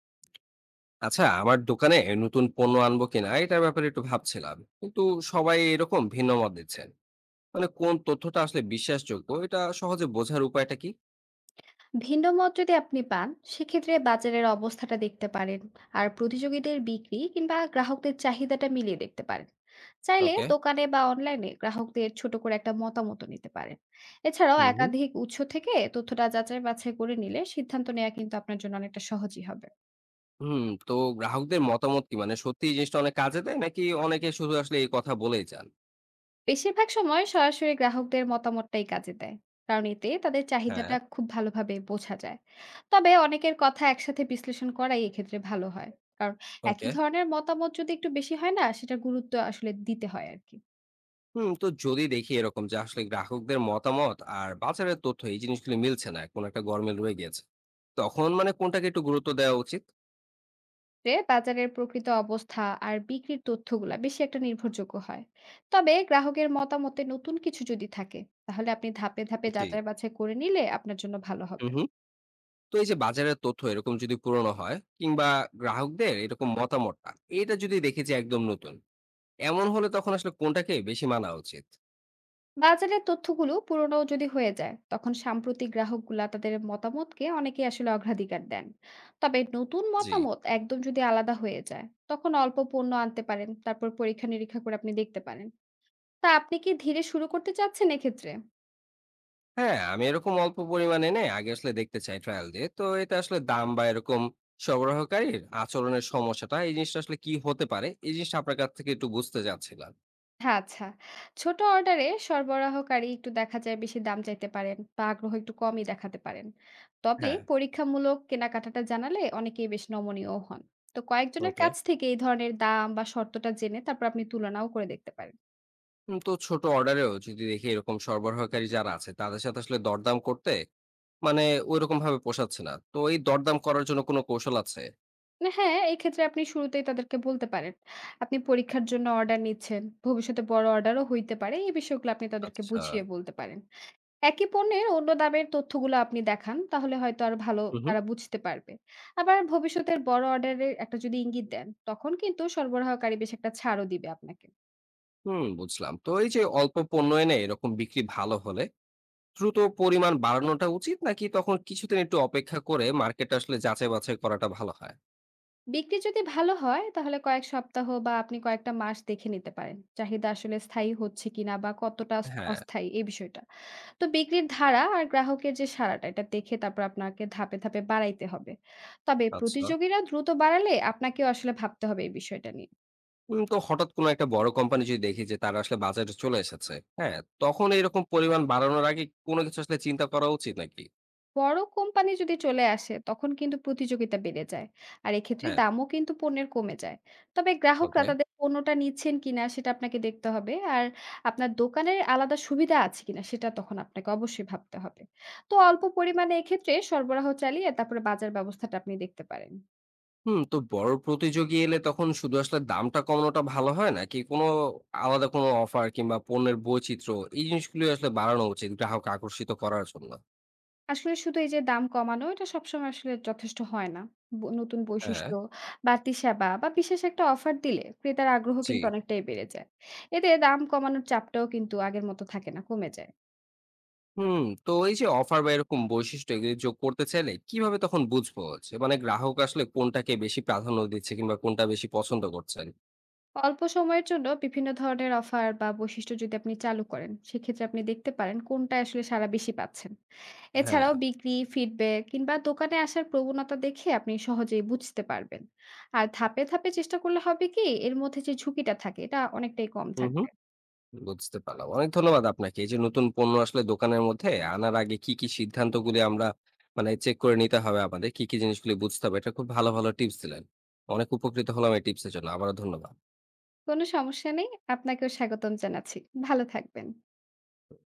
আচ্ছা, আমার দোকানে নতুন পণ্য আনবো কিনা এটার ব্যাপারে একটু ভাবছিলাম, কিন্তু সবাই এরকম ভিন্ন মত দিচ্ছেন। মানে কোন তথ্যটা আসলে বিশ্বাসযোগ্য, এটা সহজে বোঝার উপায়টা কি? ভিন্ন মত যদি আপনি পান সেক্ষেত্রে বাজারের অবস্থাটা দেখতে পারেন আর প্রতিযোগীদের বিক্রি কিংবা গ্রাহকদের চাহিদাটা মিলিয়ে দেখতে পারেন। চাইলে ওকে। দোকানে বা অনলাইনে গ্রাহকদের ছোট করে একটা মতামত নিতে পারেন। এছাড়াও হুম হুম। একাধিক উৎস থেকে তথ্যটা যাচাই বাছাই করে নিলে সিদ্ধান্ত নেওয়া কিন্তু আপনার জন্য অনেকটা সহজই হবে। হুম। তো গ্রাহকদের মতামত কি মানে সত্যি এই জিনিসটা অনেক কাজে দেয়, নাকি অনেকে শুধু আসলে এই কথা বলেই যান? বেশিরভাগ সময় সরাসরি গ্রাহকদের মতামতটাই কাজে দেয়, কারণ এতে তাদের হ্যাঁ। চাহিদাটা খুব ভালোভাবে বোঝা যায়। তবে অনেকের কথা একসাথে বিশ্লেষণ করাই এক্ষেত্রে ভালো হয়, কারণ একই ওকে। ধরনের মতামত যদি একটু বেশি হয় না সেটা গুরুত্ব আসলে দিতে হয় আর কি। হুম, তো যদি দেখি এরকম যে আসলে গ্রাহকদের মতামত আর বাজারের তথ্য এই জিনিসগুলো মিলছে না, কোনো একটা গরমিল রয়ে গেছে, তখন মানে কোনটাকে একটু গুরুত্ব দেওয়া উচিত? এতে বাজারের প্রকৃত অবস্থা আর বিক্রির তথ্যগুলা বেশি একটা নির্ভরযোগ্য হয়। তবে গ্রাহকের মতামতে নতুন কিছু যদি থাকে, তাহলে আপনি ধাপে ধাপে জি। যাচাই বাছাই করে নিলে আপনার জন্য ভালো হুম হবে। হুম। তো এই যে বাজারের তথ্য এরকম যদি পুরনো হয়, কিংবা গ্রাহকদের এরকম মতামতটা এটা যদি দেখি যে একদম নতুন, এমন হলে তখন আসলে কোনটাকে বেশি মানা উচিত? বাজারের তথ্যগুলো পুরনো যদি হয়ে যায় তখন সাম্প্রতিক গ্রাহকগুলা তাদের মতামতকে অনেকে আসলে অগ্রাধিকার দেন। তবে নতুন জি। মতামত একদম যদি আলাদা হয়ে যায় তখন অল্প পণ্য আনতে পারেন, তারপর পরীক্ষা নিরীক্ষা করে আপনি দেখতে পারেন। তা আপনি কি ধীরে শুরু করতে চাচ্ছেন এক্ষেত্রে? হ্যাঁ, আমি এরকম অল্প পরিমাণে এনে আগে আসলে দেখতে চাই, ট্রায়াল দিয়ে। তো এটা আসলে দাম বা এরকম সরবরাহকারীর আচরণের সমস্যাটা, এই জিনিসটা আসলে কি হতে পারে, এই জিনিসটা আপনার কাছ থেকে একটু বুঝতে চাচ্ছিলাম। হ্যাঁ, আচ্ছা। ছোট অর্ডারে সরবরাহকারী একটু দেখা যায় বেশি দাম চাইতে পারেন বা আগ্রহ একটু কমই দেখাতে পারেন। তবে হ্যাঁ। পরীক্ষামূলক কেনাকাটাটা জানালে অনেকেই বেশ নমনীয়ও হন। তো কয়েকজনের ওকে। কাছ থেকে এই ধরনের দাম বা শর্তটা জেনে তারপর আপনি তুলনাও করে দেখতে পারেন। তো ছোট অর্ডারেও যদি দেখি এরকম সরবরাহকারী যারা আছে তাদের সাথে আসলে দরদাম করতে, মানে ঐরকমভাবে পোষাচ্ছে না। তো এই দরদাম করার জন্য কোনো কৌশল আছে? মানে হ্যাঁ, এক্ষেত্রে আপনি শুরুতেই তাদেরকে বলতে পারেন, আপনি পরীক্ষার জন্য অর্ডার নিচ্ছেন, ভবিষ্যতে বড় অর্ডারও হইতে পারে। এই বিষয়গুলো আপনি তাদেরকে আচ্ছা। বুঝিয়ে বলতে পারেন। একই পণ্যের অন্য দামের তথ্যগুলো আপনি দেখান, তাহলে হয়তো আর ভালো হু, হু। তারা বুঝতে পারবে। আবার ভবিষ্যতের বড় অর্ডারের একটা যদি ইঙ্গিত দেন, তখন কিন্তু সরবরাহকারী বেশ একটা ছাড়ও দিবে আপনাকে। হুম, বুঝলাম। তো এই যে অল্প পণ্য এনে এরকম বিক্রি ভালো হলে দ্রুত পরিমাণ বাড়ানোটা উচিত, নাকি তখন কিছুদিন একটু অপেক্ষা করে মার্কেটটা আসলে যাচাই-বাছাই করাটা ভালো হয়? বিক্রি যদি ভালো হয়, তাহলে কয়েক সপ্তাহ বা আপনি কয়েকটা মাস দেখে নিতে পারেন। চাহিদা আসলে স্থায়ী হচ্ছে কিনা বা কতটা অস হ্যাঁ, অস্থায়ী এই বিষয়টা। তো বিক্রির ধারা আর গ্রাহকের যে সাড়াটা, এটা দেখে তারপর আপনাকে ধাপে, ধাপে বাড়াইতে হবে। তবে আচ্ছা। প্রতিযোগীরা দ্রুত বাড়ালে আপনাকেও আসলে ভাবতে হবে এই বিষয়টা নিয়ে। উম, তো হঠাৎ কোনো একটা বড় কোম্পানি যদি দেখি যে তারা আসলে বাজারে চলে এসেছে, হ্যাঁ? তখন এরকম পরিমাণ বাড়ানোর আগে কোনো কিছু আসলে চিন্তা করা উচিত নাকি? বড় কোম্পানি যদি চলে আসে তখন কিন্তু প্রতিযোগিতা বেড়ে যায়, আর এক্ষেত্রে হ্যাঁ, দামও কিন্তু পণ্যের কমে যায়। তবে গ্রাহকরা ওকে। তাদের পণ্যটা নিচ্ছেন কিনা সেটা আপনাকে দেখতে হবে, আর আপনার দোকানের আলাদা সুবিধা আছে কিনা সেটা তখন আপনাকে অবশ্যই ভাবতে হবে। তো অল্প পরিমাণে এক্ষেত্রে সরবরাহ চালিয়ে তারপরে বাজার ব্যবস্থাটা আপনি দেখতে পারেন। হুম, তো বড় প্রতিযোগী এলে তখন শুধু আসলে দামটা কমানোটা ভালো হয়, নাকি কোনো আলাদা কোনো অফার কিংবা পণ্যের বৈচিত্র্য এই জিনিসগুলো আসলে বাড়ানো উচিত গ্রাহক আকর্ষিত করার জন্য? আসলে শুধু এই যে দাম কমানো এটা সবসময় আসলে যথেষ্ট হয় না। নতুন হ্যাঁ। বৈশিষ্ট্য, বাড়তি সেবা বা বিশেষ একটা অফার দিলে ক্রেতার আগ্রহ জি। কিন্তু অনেকটাই বেড়ে যায়। এতে দাম কমানোর চাপটাও কিন্তু আগের মতো থাকে না, কমে যায়। হুম, তো এই যে অফার বা এরকম বৈশিষ্ট্য এগুলি যোগ করতে চাইলে কিভাবে তখন বুঝবো যে মানে গ্রাহক আসলে কোনটাকে বেশি প্রাধান্য দিচ্ছে কিংবা কোনটা বেশি পছন্দ করছেন? অল্প সময়ের জন্য বিভিন্ন ধরনের অফার বা বৈশিষ্ট্য যদি আপনি চালু করেন, সেক্ষেত্রে আপনি দেখতে পারেন কোনটায় আসলে সাড়া বেশি পাচ্ছেন। হ্যাঁ। এছাড়াও বিক্রি, ফিডব্যাক কিংবা দোকানে আসার প্রবণতা দেখে আপনি সহজেই বুঝতে পারবেন। আর ধাপে, ধাপে চেষ্টা করলে হবে কি এর মধ্যে যে ঝুঁকিটা থাকে এটা অনেকটাই কম হুম হুম। থাকবে। বুঝতে পারলাম। অনেক ধন্যবাদ আপনাকে। এই যে নতুন পণ্য আসলে দোকানের মধ্যে আনার আগে কি, কি সিদ্ধান্তগুলি আমরা মানে চেক করে নিতে হবে আমাদের, কি, কি জিনিসগুলি বুঝতে হবে, এটা খুব ভালো, ভালো টিপস দিলেন। অনেক উপকৃত হলাম এই টিপসের জন্য। আবারও ধন্যবাদ। কোনো সমস্যা নেই। আপনাকেও স্বাগতম জানাচ্ছি। ভালো থাকবেন।